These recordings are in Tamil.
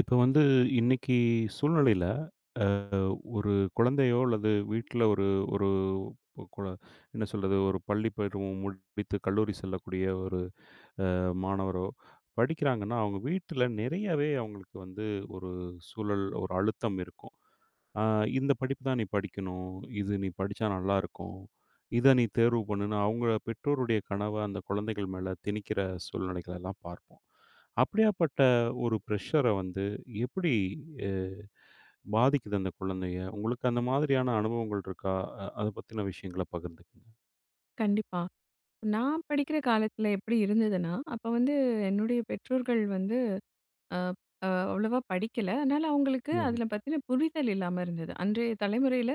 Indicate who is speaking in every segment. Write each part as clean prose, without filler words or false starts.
Speaker 1: இப்ப வந்து இன்னைக்கு சூழ்நிலையில ஒரு குழந்தையோ அல்லது வீட்ல ஒரு ஒரு பொ- குழ- என்ன சொல்றது ஒரு பள்ளி பருவம் முடித்து கல்லூரி செல்லக்கூடிய ஒரு மாணவரோ படிக்கிறாங்கன்னா அவங்க வீட்டில் நிறையவே அவங்களுக்கு வந்து ஒரு சூழல் ஒரு அழுத்தம் இருக்கும். இந்த படிப்பு தான் நீ படிக்கணும், இது நீ படித்தா நல்லா இருக்கும், இதை நீ தேர்வு பண்ணுன்னு அவங்க பெற்றோருடைய கனவை அந்த குழந்தைகள் மேலே திணிக்கிற சூழ்நிலைகள் எல்லாம் பார்ப்போம். அப்படியாப்பட்ட ஒரு ப்ரெஷர வந்து எப்படி அ பாதிக்குது அந்த குழந்தைய? உங்களுக்கு அந்த மாதிரியான அனுபவங்கள் இருக்கா? அத பத்தின விஷயங்கள பகிர்ந்துக்கங்க.
Speaker 2: கண்டிப்பா. நான் படிக்கிற காலத்துல எப்படி இருந்ததுன்னா, அப்ப வந்து என்னுடைய பெற்றோர்கள் வந்து அ அ அவ்வளவா படிக்கல. அதனால அவங்களுக்கு
Speaker 1: ம்ஹ்ம்.
Speaker 2: அதில பத்தின புரிதல் இல்லாம இருந்தது. அன்றைய தலைமுறையில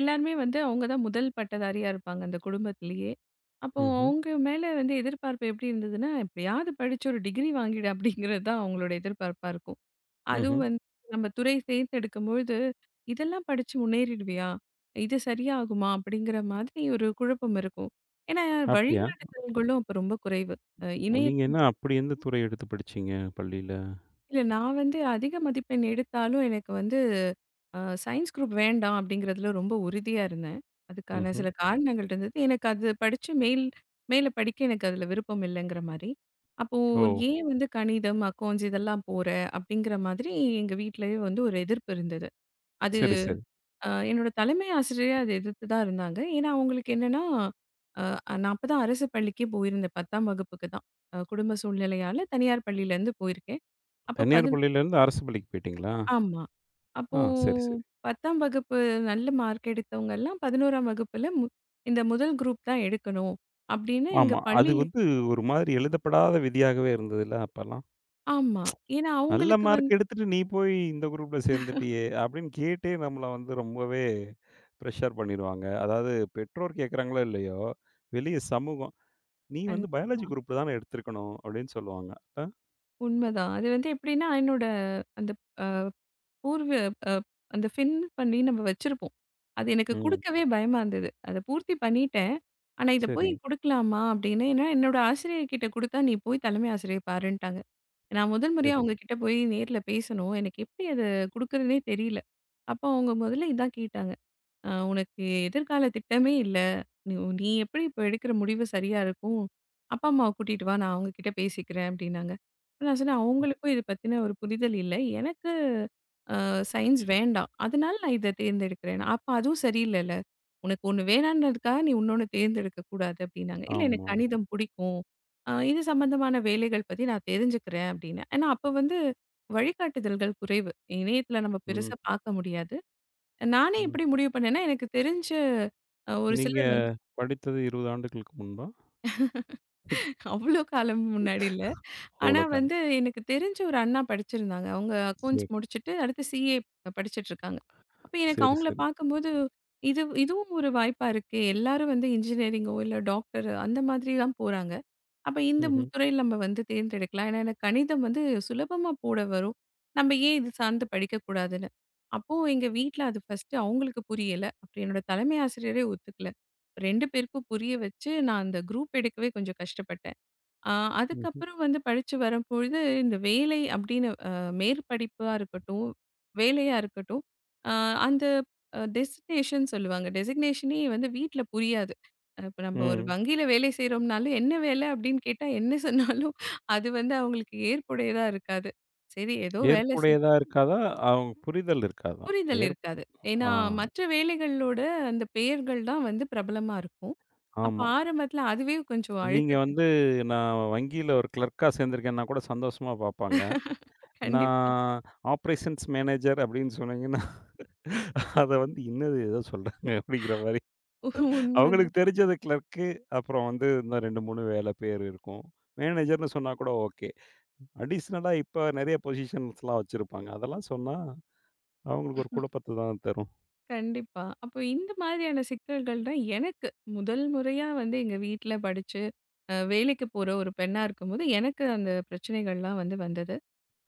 Speaker 2: எல்லாருமே வந்து அவங்க தான் முதல் பட்டதாரியா இருப்பாங்க அந்த குடும்பத்திலேயே. அப்போ
Speaker 1: ம்ஹ்ம்.
Speaker 2: அவங்க மேல வந்து எதிர்பார்ப்பு எப்படி இருந்ததுன்னா, "எப்படியாவது படிச்சு ஒரு டிகிரி வாங்கிடு" அப்படிங்கிறது தான் அவங்களோட எதிர்பார்ப்பா இருக்கும்.
Speaker 1: ம்ஹ்ம்.
Speaker 2: அதுவும் வந்து நம்ம துறை தேர்ந்தெடுக்கும்பொழுது, "இதெல்லாம் படிச்சு முன்னேறிடுவியா? இது சரியாகுமா?" அப்படிங்கிற மாதிரி ஒரு குழப்பம் இருக்கும். ஏன்னா
Speaker 1: அப்படியா?
Speaker 2: வழிகாட்டுதல்களும் அப்ப ரொம்ப குறைவு.
Speaker 1: நீங்க
Speaker 2: இணையத்தில
Speaker 1: என்ன அப்படி எந்த துறை எடுத்து படிச்சீங்க பள்ளியில?
Speaker 2: நான் வந்து அதிக மதிப்பெண் எடுத்தாலும் எனக்கு வந்து அ சயின்ஸ் குரூப் வேண்டாம் அப்படிங்கிறதுல ரொம்ப உறுதியா இருந்தேன். அதுக்கான
Speaker 1: ம்ஹ்ம்.
Speaker 2: சில காரணங்கள் இருந்தது. எனக்கு அது படிச்சு மேல படிக்க எனக்கு அதில விருப்பம் இல்லைங்கிற மாரி. அப்போ
Speaker 1: ஓ!
Speaker 2: "ஏன் வந்து கணிதம், அக்கவுண்ட்ஸ் இதெல்லாம் போற?" அப்படிங்கிற மாதிரி எங்க வீட்லயே வந்து ஒரு எதிர்ப்பு இருந்தது.
Speaker 1: சரி, சரி.
Speaker 2: என்னோட தலைமை ஆசிரியர் அத எதிர்த்து தான் இருந்தாங்க. ஏன்னா, அவங்களுக்கு என்னன்னா, அ நான் அப்பதான் அரசு பள்ளிக்கே போயிருந்தேன். 10ஆம் வகுப்புக்கு தான். குடும்ப சூழ்நிலையால தனியார் பள்ளியிலேருந்து போயிருக்கேன். அப்போ
Speaker 1: தனியார்
Speaker 2: பதின்
Speaker 1: பள்ளியிலேருந்து அரசு பள்ளிக்கு போயிட்டீங்களா?
Speaker 2: ஆமா. அப்போ
Speaker 1: ஆ, சரி, சரி.
Speaker 2: 10ஆம் வகுப்பு நல்ல மார்க் எடுத்தவங்க எல்லாம் 11ஆம் வகுப்புல இந்த முதல் குரூப் தான் எடுக்கணும் அப்படின்னு எங்க
Speaker 1: ஆமா. அது
Speaker 2: பள்ளியில
Speaker 1: வந்து ஒரு மாதிரி எழுதப்படாத விதியாகவே இருந்ததுல்ல அப்பலாம்?
Speaker 2: ஆமா. ஏன்னா
Speaker 1: நல்ல
Speaker 2: அவங்களுக்கு
Speaker 1: மார்க்
Speaker 2: வந்து
Speaker 1: எடுத்துட்டு நீ போய் இந்த குரூப்ல சேர்ந்துட்டியே அப்படின்னு கேட்டே நம்மள வந்து ரொம்பவே பிரஷர் பண்ணிருவாங்க. அதாவது பெற்றோர் கேட்கறாங்களோ இல்லையோ, வெளிய சமூகம், "நீ
Speaker 2: கண்
Speaker 1: வந்து பயாலஜி குரூப் தானே எடுத்திருக்கணும்" அப்படின்னு சொல்லுவாங்க. அ,
Speaker 2: உண்மதான். அது வந்து எப்படின்னா, என்னோட அந்த பூர்வ அ அந்த ஃபின் பண்ணி நம்ம வச்சிருப்போம். அது எனக்கு
Speaker 1: ம்.
Speaker 2: குடுக்கவே பயமா இருந்தது. அத பூர்த்தி பண்ணிட்டேன். ஆனா, இத போய்
Speaker 1: சரி,
Speaker 2: குடுக்கலாமா? அப்படின்னு ஏன்னா, என்னோட ஆசிரியர்கிட்ட குடுத்தா, நீ போய் தலைமை ஆசிரியர் பாருன்ட்டாங்க. நான் முதல் முறையா
Speaker 1: சரி.
Speaker 2: அவங்க கிட்ட போய் நேர்ல பேசணும். எனக்கு எப்படி அத குடுக்குறதுன்னே தெரியல. அப்போ அவங்க முதல்ல இதான் கேட்டாங்க. உனக்கு எதிர்கால திட்டமே இல்ல. நீ நீ எப்படி இப்போ எடுக்கிற முடிவு சரியா இருக்கும்? அப்பா, அம்மாவ கூட்டிட்டு வா. நான் அவங்க கிட்ட பேசிக்கிறேன் அப்படின்னாங்க. அப்ப நான் சொன்னேன், அவங்களுக்கும் இத பத்தின ஒரு புரிதல் இல்ல. எனக்கு அ சயின்ஸ் வேண்டாம். அதனால நான் இத தேர்ந்தெடுக்கிறேன். அப்ப அதுவும் சரியில்லல்ல. உனக்கு ஒண்ணு வேணான்றதுக்காக நீ இன்னொன்னு தேர்ந்தெடுக்க கூடாது அப்படின்னாங்க. இல்ல எனக்கு
Speaker 1: ஆமா.
Speaker 2: கணிதம் பிடிக்கும். இது சம்பந்தமான வேலைகள் பத்தி நான் தெரிஞ்சுக்கிறேன் அப்படின்னு. ஏன்னா அப்ப வந்து வழிகாட்டுதல்கள் குறைவு. இணையத்துல நம்ம
Speaker 1: ம்,
Speaker 2: பெருசா பார்க்க முடியாது. நானே
Speaker 1: ம்.
Speaker 2: எப்படி முடிவு பண்ணேன்னா, எனக்கு தெரிஞ்ச ஒரு
Speaker 1: நீங்க
Speaker 2: சிலர் வந்து
Speaker 1: படித்தது 20 ஆண்டுகளுக்கு முன்பா?
Speaker 2: அவ்ளோ காலம் முன்னாடி இல்ல. ஆனா
Speaker 1: அவ்ளோ காலம்.
Speaker 2: வந்து எனக்கு தெரிஞ்ச ஒரு அண்ணா படிச்சிருந்தாங்க. அவங்க
Speaker 1: சரி,
Speaker 2: அக்கவுண்ட்ஸ் முடிச்சுட்டு அடுத்து சிஏ படிச்சுட்டு இருக்காங்க. அப்ப எனக்கு
Speaker 1: சரி,
Speaker 2: அவங்கள
Speaker 1: சரி.
Speaker 2: பார்க்கும்போது, இது இதுவும் ஒரு வாய்ப்பா இருக்கே! எல்லாரும் வந்து இன்ஜினியரிங்கோ, இல்ல டாக்டர் அந்த மாதிரி தான் போறாங்க. அப்ப இந்த
Speaker 1: ம்ஹ்ம்,
Speaker 2: துறையில நம்ம வந்து தேர்ந்தெடுக்கலாம். ஏன்னா, எனக்கு கணிதம் வந்து சுலபமா போட வரும். நம்ம ஏன் இது சார்ந்து படிக்கக்கூடாதுன்னு. அப்போ எங்க வீட்ல அது ஃபர்ஸ்ட்டு அவங்களுக்கு புரியல. அப்புறம் என்னோட தலைமை ஆசிரியரே ஒத்துக்கல. 2 பேருக்கும் புரிய வச்சு, நான் அந்த குரூப் எடுக்கவே கொஞ்சம் கஷ்டப்பட்டேன். ஆ,
Speaker 1: ம்ஹ்ம்.
Speaker 2: அதுக்கப்புறம் வந்து படிச்சு வரும்பொழுது, இந்த வேலை அப்படின்னு மேற்படிப்பா இருக்கட்டும், வேலையா இருக்கட்டும், அ அந்த அ டெசிக்னேஷன் சொல்லுவாங்க. டெசிக்னேஷனே வந்து வீட்ல புரியாது. இப்ப நம்ம ஒரு
Speaker 1: ம்.
Speaker 2: வங்கியில வேலை செய்றோம்னாலே, "என்ன வேலை?" அப்படின்னு கேட்டா, என்ன சொன்னாலும் அது வந்து அவங்களுக்கு ஏற்புடையதா இருக்காது. சரி ஏதோ வேலை செய்
Speaker 1: ஏற்புடையதா இருக்காதா? அவங்க புரிதல் இருக்காதா?
Speaker 2: புரிதல்
Speaker 1: ஏற்பு
Speaker 2: இருக்காது. ஏன்னா
Speaker 1: ஆ,
Speaker 2: மற்ற வேலைகளோட அந்த பெயர்கள் தான் வந்து பிரபலமா இருக்கும். அப்ப
Speaker 1: ஆமா.
Speaker 2: ஆரம்பத்துல அதுவே கொஞ்சம்
Speaker 1: நீங்க
Speaker 2: அழுத்தத்த
Speaker 1: வந்து நான் வங்கியில ஒரு கிளர்க்கா சேர்ந்திருக்கேன்னா கூட சந்தோஷமா பார்ப்பாங்க. நான்
Speaker 2: கண்டிப்பா.
Speaker 1: ஆப்பரேஷன்ஸ் மேனேஜர் அப்படின்னு சொன்னீங்கன்னா, அத வந்து "என்னது ஏதோ சொல்றாங்க" அப்படிங்கிற மாரி. அவங்களுக்கு
Speaker 2: உண்மதான்.
Speaker 1: தெரிஞ்சது கிளர்க்கு, அப்புறம் வந்து இன்னும் 2, 3 வேலை பேர் இருக்கும். மேனேஜர்ன்னு சொன்னா கூட ஓகே. அடிஷ்னலா இப்ப நெறைய பொசிஷன்ஸ்லாம் வச்சிருப்பாங்க. அதெல்லாம் சொன்னா அவங்களுக்கு ஒரு குழப்பத்த தான் தரும்.
Speaker 2: கண்டிப்பா. அப்போ இந்த மாதிரியான சிக்கல்கள் தான் எனக்கு முதல் முறையா வந்து எங்க வீட்ல படிச்சு, வேலைக்கு போற ஒரு பெண்ணா இருக்கும்போது, எனக்கு அந்த பிரச்சனைகள்லாம் வந்து வந்தது.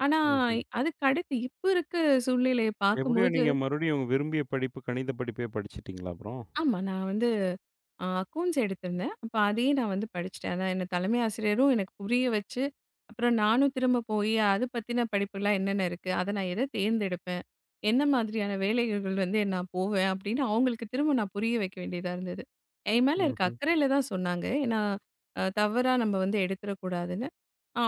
Speaker 2: ஆனா,
Speaker 1: ம்ஹ்ம்.
Speaker 2: அதுக்கு அடுத்து இப்ப இருக்க சூழ்நிலைய
Speaker 1: எப்படியோ
Speaker 2: பார்க்கும்போது
Speaker 1: நீங்க மறுபடியும் உங்க விரும்பிய படிப்பு கணித படிப்பே படிச்சுட்டீங்களா அப்புறம்?
Speaker 2: ஆமா நான் வந்து அக்கவுண்ட்ஸ் எடுத்திருந்தேன். அப்ப அதையே நான் வந்து படிச்சுட்டேன். அதான் என்ன தலைமை ஆசிரியரும் எனக்கு புரிய வச்சு, அப்புறம் நானும் திரும்ப போயி அது பத்தின படிப்புலாம் என்னென்ன இருக்கு? அத நான் எத தேர்ந்தெடுப்பேன்? என்ன மாதிரியான வேலைகள் வந்து நான் போவேன்? அப்படின்னு அவங்களுக்கு திரும்ப நான் புரிய வைக்க வேண்டியதா இருந்தது. என் மேல இருக்க
Speaker 1: ம்ஹ்ம்.
Speaker 2: அக்கறையில தான் சொன்னாங்க. ஏன்னா, தவறா நம்ம வந்து எடுத்துறக்கூடாதுன்னு.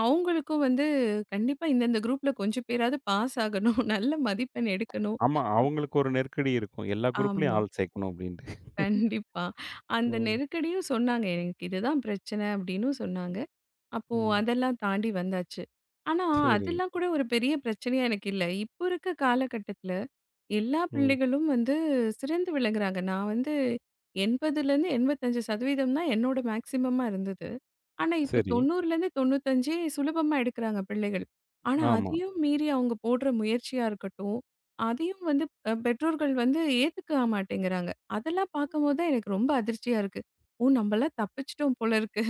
Speaker 2: அவங்களுக்கும் வந்து கண்டிப்பா இந்தந்த குரூப்ல கொஞ்சம் பேராவது பாஸ் ஆகணும். நல்ல மதிப்பெண் எடுக்கணும்.
Speaker 1: ஆமா. அவங்களுக்கு ஒரு நெருக்கடி இருக்கும், எல்லா குரூப்லயும்
Speaker 2: ஆமா.
Speaker 1: ஆள் சேர்க்கணும் அப்டின்ட்டு.
Speaker 2: கண்டிப்பா. அந்த
Speaker 1: ம்,
Speaker 2: நெருக்கடியும் சொன்னாங்க. எனக்கு இதுதான் பிரச்சனை அப்டின்னும் சொன்னாங்க. அப்போ
Speaker 1: ம்.
Speaker 2: அதெல்லாம் தாண்டி வந்தாச்சு. ஆனா,
Speaker 1: சரி,
Speaker 2: அதெல்லாம் கூட ஒரு பெரிய பிரச்சனையா எனக்கு இல்ல. இப்போ இருக்க காலகட்டத்தில எல்லா
Speaker 1: ம்.
Speaker 2: பிள்ளைகளும் வந்து சிறந்து விளங்குறாங்க. நான் வந்து 80லேருந்து 85% தான் என்னோட மேக்ஸிமமா இருந்தது. ஆனா, இப்போ
Speaker 1: சரி.
Speaker 2: 90லேருந்து 95 சுலபமா எடுக்குறாங்க பிள்ளைகள். ஆனா,
Speaker 1: ஆமா.
Speaker 2: அதையும் மீறி அவங்க போடுற முயற்சியா இருக்கட்டும், அதையும் வந்து பெற்றோர்கள் வந்து ஏத்துக்க மாட்டேங்கிறாங்க. அதெல்லாம் பார்க்கும்போது தான் எனக்கு ரொம்ப அதிர்ச்சியா இருக்கு. ஓ! நம்மலாம் தப்பிச்சுட்டோம் போல இருக்கு.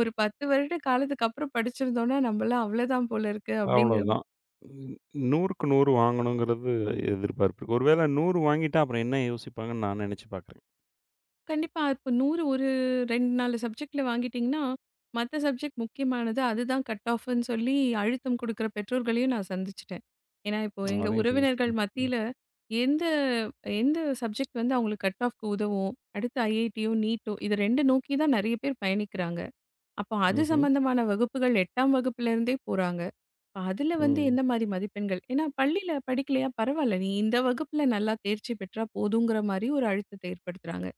Speaker 2: ஒரு 10 வருட காலத்துக்கு அப்புறம் படிச்சிருந்தோம்னா, நம்மலாம் அவ்வளோதான் போல இருக்கு. அப்படிங்கிற
Speaker 1: அவ்வளோதான். ன் 100க்கு 100 வாங்கணுங்கிறது எதிர்பார்ப்பு இருக்கு. ஒருவேள 100 வாங்கிட்டா அப்புறம் என்ன யோசிப்பாங்கன்னு நான் நெனச்சு பார்க்குறேன்.
Speaker 2: கண்டிப்பா. இப்ப 100 ஒரு 2, 4 சப்ஜெக்ட்ல வாங்கிட்டீங்கன்னா, மத்த சப்ஜெக்ட் முக்கியமானது. அதுதான் கட் ஆஃப்ன்னு சொல்லி அழுத்தம் குடுக்குற பெற்றோர்களையும் நான் சந்திச்சுட்டேன். ஏன்னா, இப்போ எங்க
Speaker 1: அதையும்
Speaker 2: உறவினர்கள்
Speaker 1: சிந்திச்சு ம்.
Speaker 2: மத்தியில எந்த எந்த சப்ஜெக்ட் வந்து அவங்களுக்கு கட் ஆஃப்க்கு உதவும்? அடுத்து ஐஐடியோ, நீட்டோ இது 2 நோக்கி தான் நெறைய பேர் பயணிக்கிறாங்க. அப்போ அது
Speaker 1: ம்ஹ்ம்.
Speaker 2: சம்பந்தமான வகுப்புகள் 8ஆம் வகுப்புல இருந்தே போறாங்க. அப்ப அதுல வந்து
Speaker 1: ம்.
Speaker 2: எந்த மாரி மதிப்பெண்கள்? ஏன்னா பள்ளியில படிக்கலையா பரவால்ல. நீ இந்த வகுப்புல நல்லா தேர்ச்சி பெற்றா போதுங்கிற மாரி ஒரு அழுத்தத்தை ஏற்படுத்துறாங்க.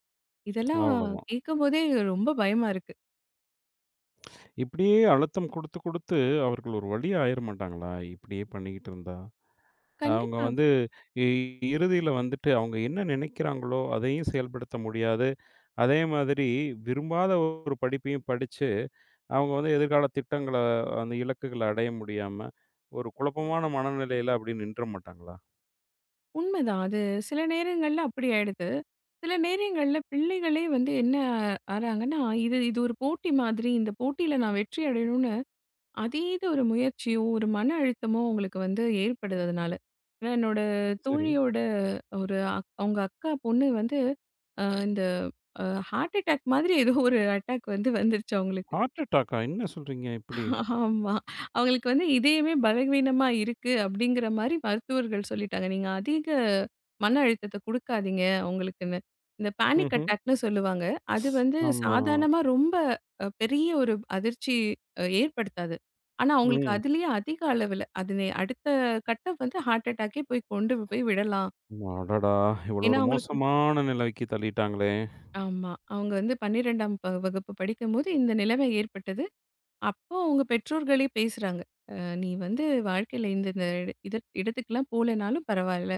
Speaker 2: இதெல்லாம்
Speaker 1: அவ்வளோதான்.
Speaker 2: கேட்கும்போதே ரொம்ப பயமா இருக்கு.
Speaker 1: இப்படியே அழுத்தம் குடுத்து, குடுத்து அவர்கள் ஒரு வழி ஆயிற மாட்டாங்களா, இப்படியே பண்ணிக்கிட்டு இருந்தா? அவங்க
Speaker 2: கண்டிப்பா.
Speaker 1: வந்து இ இறுதியில வந்துட்டு அவங்க என்ன நினைக்கிறாங்களோ, அதையும் செயல்படுத்த முடியாத அதே மாதிரி விரும்பாத ஒரு படிப்பையும் படிச்சு, அவங்க வந்து எதிர்கால திட்டங்கள, அந்த இலக்குகள அடைய முடியாம, ஒரு குழப்பமான மனநிலையில அப்படி நின்ற மாட்டாங்களா?
Speaker 2: உண்மதான். அது சில நேரங்கள்ல அப்படி ஆயிடுது. சில நேரங்கள்ல பிள்ளைகளே வந்து என்ன ஆறாங்கன்னா, இது இது ஒரு போட்டி மாதிரி. இந்த போட்டியில நான் வெற்றி அடையணும்னு அதீத ஒரு முயற்சியோ, ஒரு மன அழுத்தமோ அவங்களுக்கு வந்து ஏற்படுது அதனால. ஏன்னா என்னோட
Speaker 1: சரி.
Speaker 2: தோழியோட ஒரு அவங்க அக்கா பொண்ணு வந்து அ இந்த அ ஹார்ட் அட்டாக் மாதிரி ஏதோ ஒரு அட்டாக் வந்து வந்துருச்சு அவங்களுக்கு.
Speaker 1: ஹார்ட் அட்டாக்கா? என்ன சொல்றீங்க இப்படி?
Speaker 2: ஆமா. அவங்களுக்கு வந்து இதயமே பலவீனமா இருக்கு அப்படிங்கிற மாரி மருத்துவர்கள் சொல்லிட்டாங்க. நீங்க அதிக மன அழுத்தத்த குடுக்காதீங்க அவங்களுக்குன்னு. இந்த பேனிக்
Speaker 1: ம்ஹ்ம்.
Speaker 2: அட்டாக்ன்னு சொல்லுவாங்க. அது வந்து
Speaker 1: ஆமா.
Speaker 2: சாதாரணமா ரொம்ப பெரிய ஒரு அதிர்ச்சி ஏற்படுத்தாது. ஆனா அவங்களுக்கு
Speaker 1: ம்.
Speaker 2: அதிலேயே அதிக அளவுல அது அடுத்த கட்டம் வந்து ஹார்ட் அட்டாக்கே போய் கொண்டு போய் விடலாம்.
Speaker 1: அடடா! இவ்வளோ
Speaker 2: ஏன்னா
Speaker 1: ஒரு
Speaker 2: அவங்களுக்கு
Speaker 1: மோசமான நிலைக்கு தள்ளிட்டாங்களே!
Speaker 2: ஆமா. அவங்க வந்து 12ஆம் வகுப்பு படிக்கும்போது இந்த நிலைமை ஏற்பட்டது. அப்போ உங்க பெற்றோர்களே பேசுறாங்க. அ நீ வந்து வாழ்க்கையில இந்த இந்த இட- இத இடத்துக்குலாம் போலனாலும் பரவாயில்ல.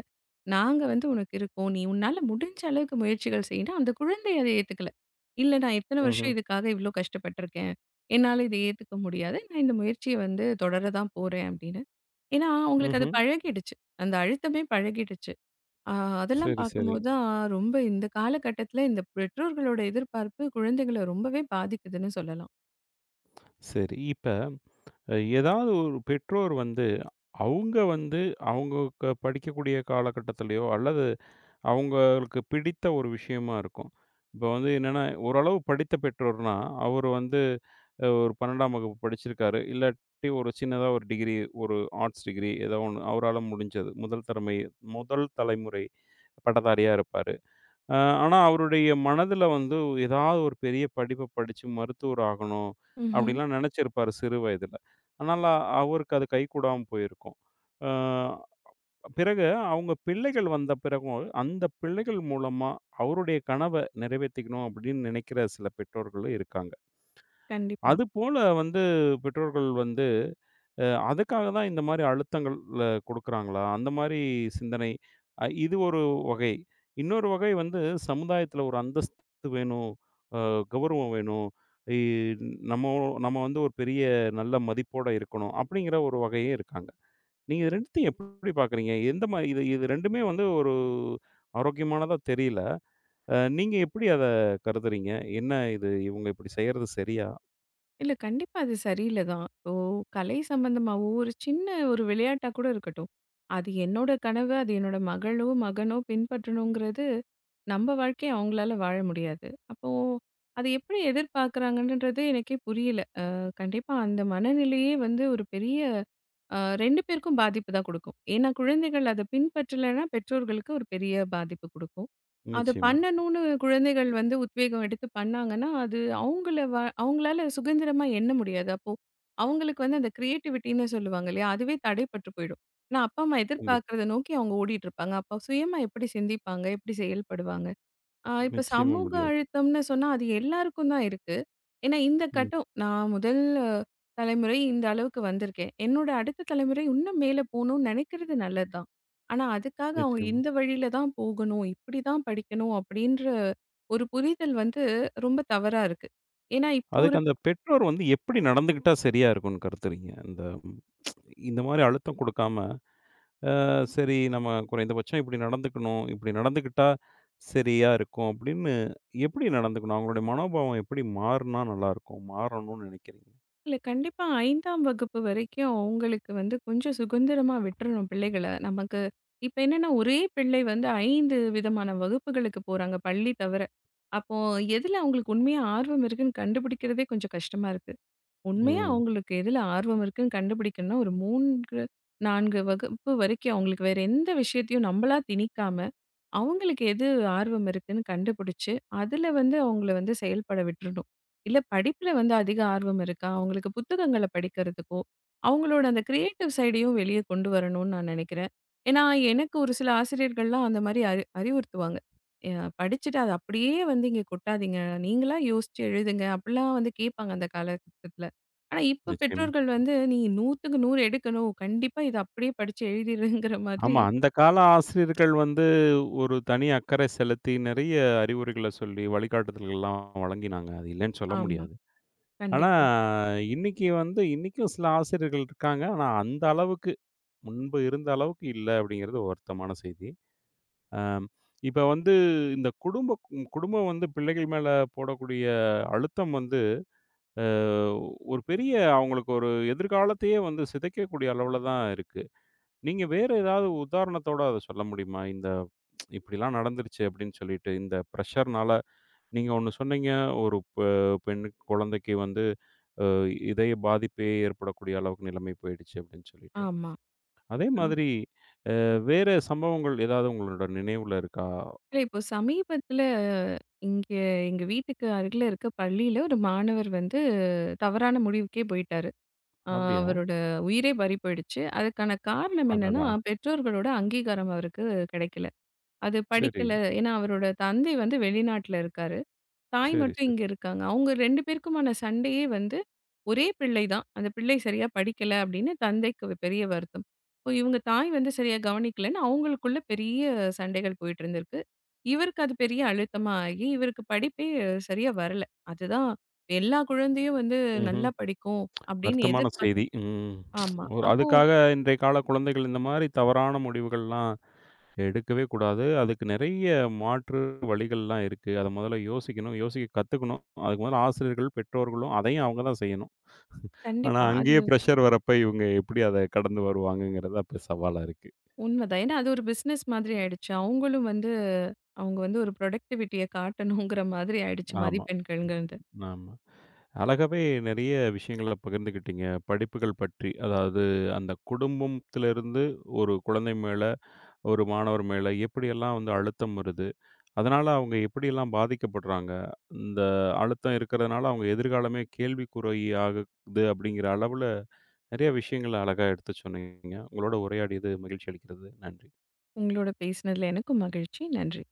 Speaker 2: நாங்க வந்து உனக்கு இருக்கோம். நீ உன்னால முடிஞ்ச அளவுக்கு முயற்சிகள் செய்யினா, அந்த குழந்தை அதை ஏத்துக்கல. இல்ல நான் இத்தன வருஷம்
Speaker 1: ம்ஹ்ம்.
Speaker 2: இதுக்காக இவ்ளோ கஷ்டப்பட்டுருக்கேன். என்னால இத ஏத்துக்க முடியாது. நான் இந்த முயற்சிய வந்து தொடர தான் போறேன் அப்படின்னு. ஏன்னா, அவங்களுக்கு அது
Speaker 1: ம்ஹ்ம்.
Speaker 2: பழகிடுச்சு. அந்த அழுத்தமே பழகிடுச்சு. அ அதெல்லாம்
Speaker 1: சரி, சரி.
Speaker 2: பார்க்கும்போது தான் ரொம்ப இந்த காலகட்டத்தில இந்த பெற்றோர்களோட எதிர்பார்ப்பு குழந்தைகள ரொம்பவே பாதிக்குதுன்னு சொல்லலாம்.
Speaker 1: சரி. இப்ப ஏதாவது ஒரு பெற்றோர் வந்து, அவங்க வந்து அவங்க படிக்கக்கூடிய காலகட்டத்திலயோ அல்லது அவங்களுக்கு பிடித்த ஒரு விஷயமா இருக்கும். இப்போ வந்து என்னன்னா, ஓரளவு படித்த பெற்றோர்னா, அவரு வந்து ஒரு 12ஆம் வகுப்பு படிச்சிருக்காரு. இல்லாட்டி ஒரு சின்னதா ஒரு டிகிரி, ஒரு ஆர்ட்ஸ் டிகிரி ஏதோ ஒண்ணு அவரால முடிஞ்சது. முதல் தலைமுறை பட்டதாரியா இருப்பாரு. அ ஆனா அவருடைய மனதுல வந்து ஏதாவது ஒரு பெரிய படிப்ப படிச்சு மருத்துவர் ஆகணும்
Speaker 2: ம்ஹ்ம்.
Speaker 1: அப்படின்லாம் நெனச்சிருப்பாரு சிறு வயதுல. ஆனால அவருக்கு அது கைகூடாம போயிருக்கும். அ பிறகு அவங்க பிள்ளைகள் வந்த பிறகும், அந்த பிள்ளைகள் மூலமா அவருடைய கனவ நிறைவேத்திக்கணும் அப்படின்னு நினைக்கிற சில பெற்றோர்களும் இருக்காங்க.
Speaker 2: கண்டிப்பா.
Speaker 1: அதுபோல வந்து பெற்றோர்கள் வந்து அ அதுக்காக தான் இந்த மாரி அழுத்தங்கள் குடுக்குறாங்களா? அந்த மாரி சிந்தனை, இது ஒரு வகை. இன்னொரு வகை வந்து சமுதாயத்தில ஒரு அந்தஸ்து வேணும், அ கௌரவம் வேணும். இ நம்மோ நம்ம வந்து ஒரு பெரிய நல்ல மதிப்போட இருக்கணும் அப்படிங்கிற ஒரு வகையும் இருக்காங்க. நீங்க இது 2த்தையும் எப்படி பார்க்குறீங்க? எந்த மாரி இது இது 2மே வந்து ஒரு ஆரோக்கியமானதா தெரியல. நீங்க எப்படி அத கருதுறீங்க? என்ன இது இவங்க இப்படி செய்றது சரியா?
Speaker 2: இல்ல கண்டிப்பா அது சரியில்ல தான். இப்போ கலை சம்பந்தமாவோ ஒரு சின்ன ஒரு விளையாட்டா கூட இருக்கட்டும். அது என்னோட கனவு, அது என்னோட மகளோ, மகனோ பின்பற்றணுங்கிறது நம்ம வாழ்க்கைய அவங்களால வாழ முடியாது. அப்போ அது எப்படி எதிர்பார்க்குறாங்கன்றது எனக்கே புரியல. கண்டிப்பா அந்த மனநிலையே வந்து ஒரு பெரிய 2 பேருக்கும் பாதிப்பு தான் குடுக்கும். ஏன்னா குழந்தைகள் அத பின்பற்றலைன்னா, பெற்றோர்களுக்கு ஒரு பெரிய பாதிப்பு குடுக்கும். அது
Speaker 1: நிச்சயமா.
Speaker 2: பண்ணணும்னு குழந்தைகள் வந்து உத்வேகம் எடுத்து பண்ணாங்கன்னா, அது அவங்கள அவங்களால சுதந்திரமா எண்ண முடியாது. அப்போ அவங்களுக்கு வந்து அந்த கிரியேட்டிவிட்டின்னு சொல்லுவாங்க இல்லையா? அதுவே தடைப்பட்டு போயிடும். ஏன்னா அப்பா, அம்மா
Speaker 1: கண்டிப்
Speaker 2: எதிர்பார்க்கறத நோக்கி அவங்க ஓடிட்டு இருப்பாங்க. அப்போ சுயமா எப்படி சிந்திப்பாங்க? எப்படி செயல்படுவாங்க? ஆ இப்ப
Speaker 1: நிச்சயமா
Speaker 2: சமூக
Speaker 1: முடியாது.
Speaker 2: அழுத்தம்னு சொன்னா, அது எல்லாருக்கும் தான் இருக்கு. ஏன்னா, இந்த
Speaker 1: ம்.
Speaker 2: கட்டம் நான் முதல் தலைமுறை இந்த அளவுக்கு வந்திருக்கேன். என்னோட அடுத்த தலைமுறை இன்னும் மேல போணும்னு நினைக்கிறது நல்லதுதான். ஆனா, அதுக்காக அவங்க
Speaker 1: நிச்சயமா.
Speaker 2: இந்த வழியில தான் போகணும், இப்படி தான் படிக்கணும் அப்படின்ற ஒரு புரிதல் வந்து ரொம்ப தவறா இருக்கு. ஏன்னா, இப்போ
Speaker 1: அதுக்கு அந்த பெற்றோர் வந்து எப்படி நடந்துக்கிட்டா சரியா இருக்கும்னு கருதுறீங்க? இந்த ம், இந்த மாரி அழுத்தம் குடுக்காம, சரி நம்ம குறைந்தபட்சம் இப்படி நடந்துக்கணும். இப்படி நடந்துக்கிட்டா சரியா இருக்கும் அப்படின்னு எப்படி நடந்துக்கணும்? அவங்களுடைய மனோபாவம் எப்படி மாறுனா நல்லாருக்கும்? மாறணும்னு நினைக்கிறீங்க?
Speaker 2: இல்ல கண்டிப்பா 5ஆம் வகுப்பு வரைக்கும் அவங்களுக்கு வந்து கொஞ்சம் சுதந்திரமா விட்டுறணும் பிள்ளைகள. நமக்கு இப்ப என்னன்னா, ஒரே பிள்ளை வந்து 5 விதமான வகுப்புகளுக்கு போறாங்க, பள்ளி தவிர. அப்போ எதுல அவங்களுக்கு உண்மையா ஆர்வம் இருக்குன்னு கண்டுபிடிக்கிறதே கொஞ்சம் கஷ்டமா இருக்கு. உண்மையா
Speaker 1: ம்.
Speaker 2: அவங்களுக்கு எதுல ஆர்வம் இருக்குன்னு கண்டுபிடிக்கணும்னா, ஒரு 3, 4 வகுப்பு வரைக்கும் அவங்களுக்கு வேற எந்த விஷயத்தையும் நம்மளா திணிக்காம, அவங்களுக்கு எது ஆர்வம் இருக்குன்னு கண்டுபிடிச்சு, அதுல வந்து அவங்கள வந்து செயல்பட விட்டுறணும். இல்ல படிப்புல வந்து அதிக ஆர்வம் இருக்கா? அவங்களுக்கு புத்தகங்கள படிக்கிறதுக்கோ, அவங்களோட அந்த கிரியேட்டிவ் சைடையும் வெளிய கொண்டு வரணும்னு நான் நினைக்கிறேன். ஏன்னா, எனக்கு ஒரு சில ஆசிரியர்கள்லாம் அந்த மாரி அறிவுறுத்துவாங்க. படிச்சுட்டு அத அப்படியே வந்து இங்க கொட்டாதீங்க. நீங்களா யோசிச்சு எழுதுங்க." அப்படிலாம் வந்து கேட்பாங்க அந்த காலகட்டத்தில. ஆனா, இப்ப
Speaker 1: நிச்சயமா.
Speaker 2: பெற்றோர்கள் வந்து, "நீ 100க்கு 100 எடுக்கணும். கண்டிப்பா இத அப்படியே படிச்சு எழுதிருங்கிற" மாதிரி
Speaker 1: ஆமா, அந்த கால ஆசிரியர்கள் வந்து ஒரு தனி அக்கறை செலுத்தி நிறைய அறிவுரைகள சொல்லி, வழிகாட்டுதல்கள்லாம் வழங்கினாங்க. அது இல்லன்னு சொல்ல
Speaker 2: ஆமா.
Speaker 1: முடியாது. ஆனா,
Speaker 2: கண்டிப்பா.
Speaker 1: இன்னைக்கு வந்து இன்னைக்கும் சில ஆசிரியர்கள் இருக்காங்க. ஆனா, அந்த அளவுக்கு முன்பு இருந்த அளவுக்கு இல்ல அப்படிங்கிறது வருத்தமான செய்தி. அம் இப்ப வந்து இந்த குடும்பம் வந்து பிள்ளைகள் மேல போடக்கூடிய அழுத்தம் வந்து, அ ஒரு பெரிய அவங்களுக்கு ஒரு எதிர்காலத்தையே வந்து சிதைக்கக்கூடிய அளவுல தான் இருக்கு. நீங்க வேறு ஏதாவது உதாரணத்தோட அத சொல்ல முடியுமா? இந்த இப்படிலாம் நடந்துருச்சு அப்படின்னு சொல்லிட்டு, இந்த பிரஷர்னால நீங்க ஒண்ணு சொன்னீங்க, ஒரு பெண்ணு குழந்தைக்கு வந்து அ இதய பாதிப்பே ஏற்படக்கூடிய அளவுக்கு நிலைமை போயிடுச்சு அப்படின்னு சொல்லிட்டு.
Speaker 2: ஆமா.
Speaker 1: அதே
Speaker 2: அ
Speaker 1: மாதிரி வேற சம்பவங்கள் ஏதாவது உங்களோட நினைவுல இருக்கா?
Speaker 2: இல்ல இப்போ சமீபத்தில இங்க எங்க வீட்டுக்கு அருகில இருக்க பள்ளியில ஒரு மாணவர் வந்து தவறான முடிவுக்கே போயிட்டாரு. அ
Speaker 1: அப்படியா?
Speaker 2: அவரோட உயிரே பறி போயிடுச்சு. அதுக்கான காரணம் என்னன்னா,
Speaker 1: அடடா!
Speaker 2: பெற்றோர்களோட அங்கீகாரம் அவருக்கு கிடைக்கல. அது
Speaker 1: சரி,
Speaker 2: படிக்கல ஏன்னா அவரோட தந்தை வந்து வெளிநாட்ல இருக்காரு. தாய்
Speaker 1: சரி,
Speaker 2: மட்டும்
Speaker 1: சரி.
Speaker 2: இங்க இருக்காங்க. அவங்க 2 பேருக்குமான சண்டையே வந்து ஒரே பிள்ளை தான். அந்த பிள்ளை சரியா படிக்கல அப்படின்னு தந்தைக்கு பெரிய வருத்தம். இப்போ இவங்க தாய் வந்து சரியா கவனிக்கலன்னு அவங்களுக்குள்ள பெரிய சண்டைகள் போயிட்டு இருந்திருக்கு. இவருக்கு அது பெரிய அழுத்தமா ஆகி, இவருக்கு படிப்பே சரியா வரல. அதுதான் எல்லா குழந்தையும் வந்து
Speaker 1: ம்ஹ்ம்.
Speaker 2: நல்லா படிக்கும் அப்படின்னு
Speaker 1: வருத்தமான செய்தி.
Speaker 2: எதிர்பார்க்க
Speaker 1: ம்.
Speaker 2: ஆமா.
Speaker 1: ஒரு
Speaker 2: அப்போ
Speaker 1: அதுக்காக இன்றைய கால குழந்தைகள் இந்த மாரி தவறான முடிவுகள்லாம் எடுக்கவே கூடாது. அதுக்கு நெறைய மாற்று வழிகள்லாம் இருக்கு. அத முதல்ல யோசிக்கணும். யோசிக்க கத்துக்கணும். அதுக்கு முதல்ல ஆசிரியர்கள், பெற்றோர்களும் அதையும் அவங்க தான் செய்யணும். ஆனா
Speaker 2: கண்டிப்பா. அது
Speaker 1: அங்கேயே பிரஷர் வரப்ப இவங்க எப்படி அத கடந்து வருவாங்கங்கிறது அப்ப சவாலா இருக்கு.
Speaker 2: உண்மைதான். ஏன்னா அது ஒரு பிசினஸ் மாதிரி ஆயிடுச்சு. அவங்களும் வந்து அவங்க வந்து ஒரு புரொடக்டிவிட்டிய காட்டணுங்கிற மாதிரி ஆயிடுச்சு
Speaker 1: ஆமா,
Speaker 2: மதிப்பெண்கள்ங்கிறது.
Speaker 1: ஆமா. அழகாவே நெறைய விஷயங்கள பகிர்ந்துக்கிட்டீங்க. படிப்புகள் பற்றி, அதாவது அந்த குடும்பத்திலிருந்து ஒரு குழந்தை மேல, ஒரு மாணவர் மேல எப்படியெல்லாம் வந்து அழுத்தம் வருது? அதனால அவங்க எப்படியெல்லாம் பாதிக்கப்படுறாங்க? இந்த அழுத்தம் இருக்கிறதுனால அவங்க எதிர்காலமே கேள்விக்குறியாகுது அப்படிங்கிற அளவுல, நெறைய விஷயங்கள அழகா எடுத்து சொன்னீங்க. உங்களோட உரையாடியது மகிழ்ச்சி அளிக்கிறது. நன்றி.
Speaker 2: உங்களோட பேசினதுல எனக்கும் மகிழ்ச்சி. நன்றி.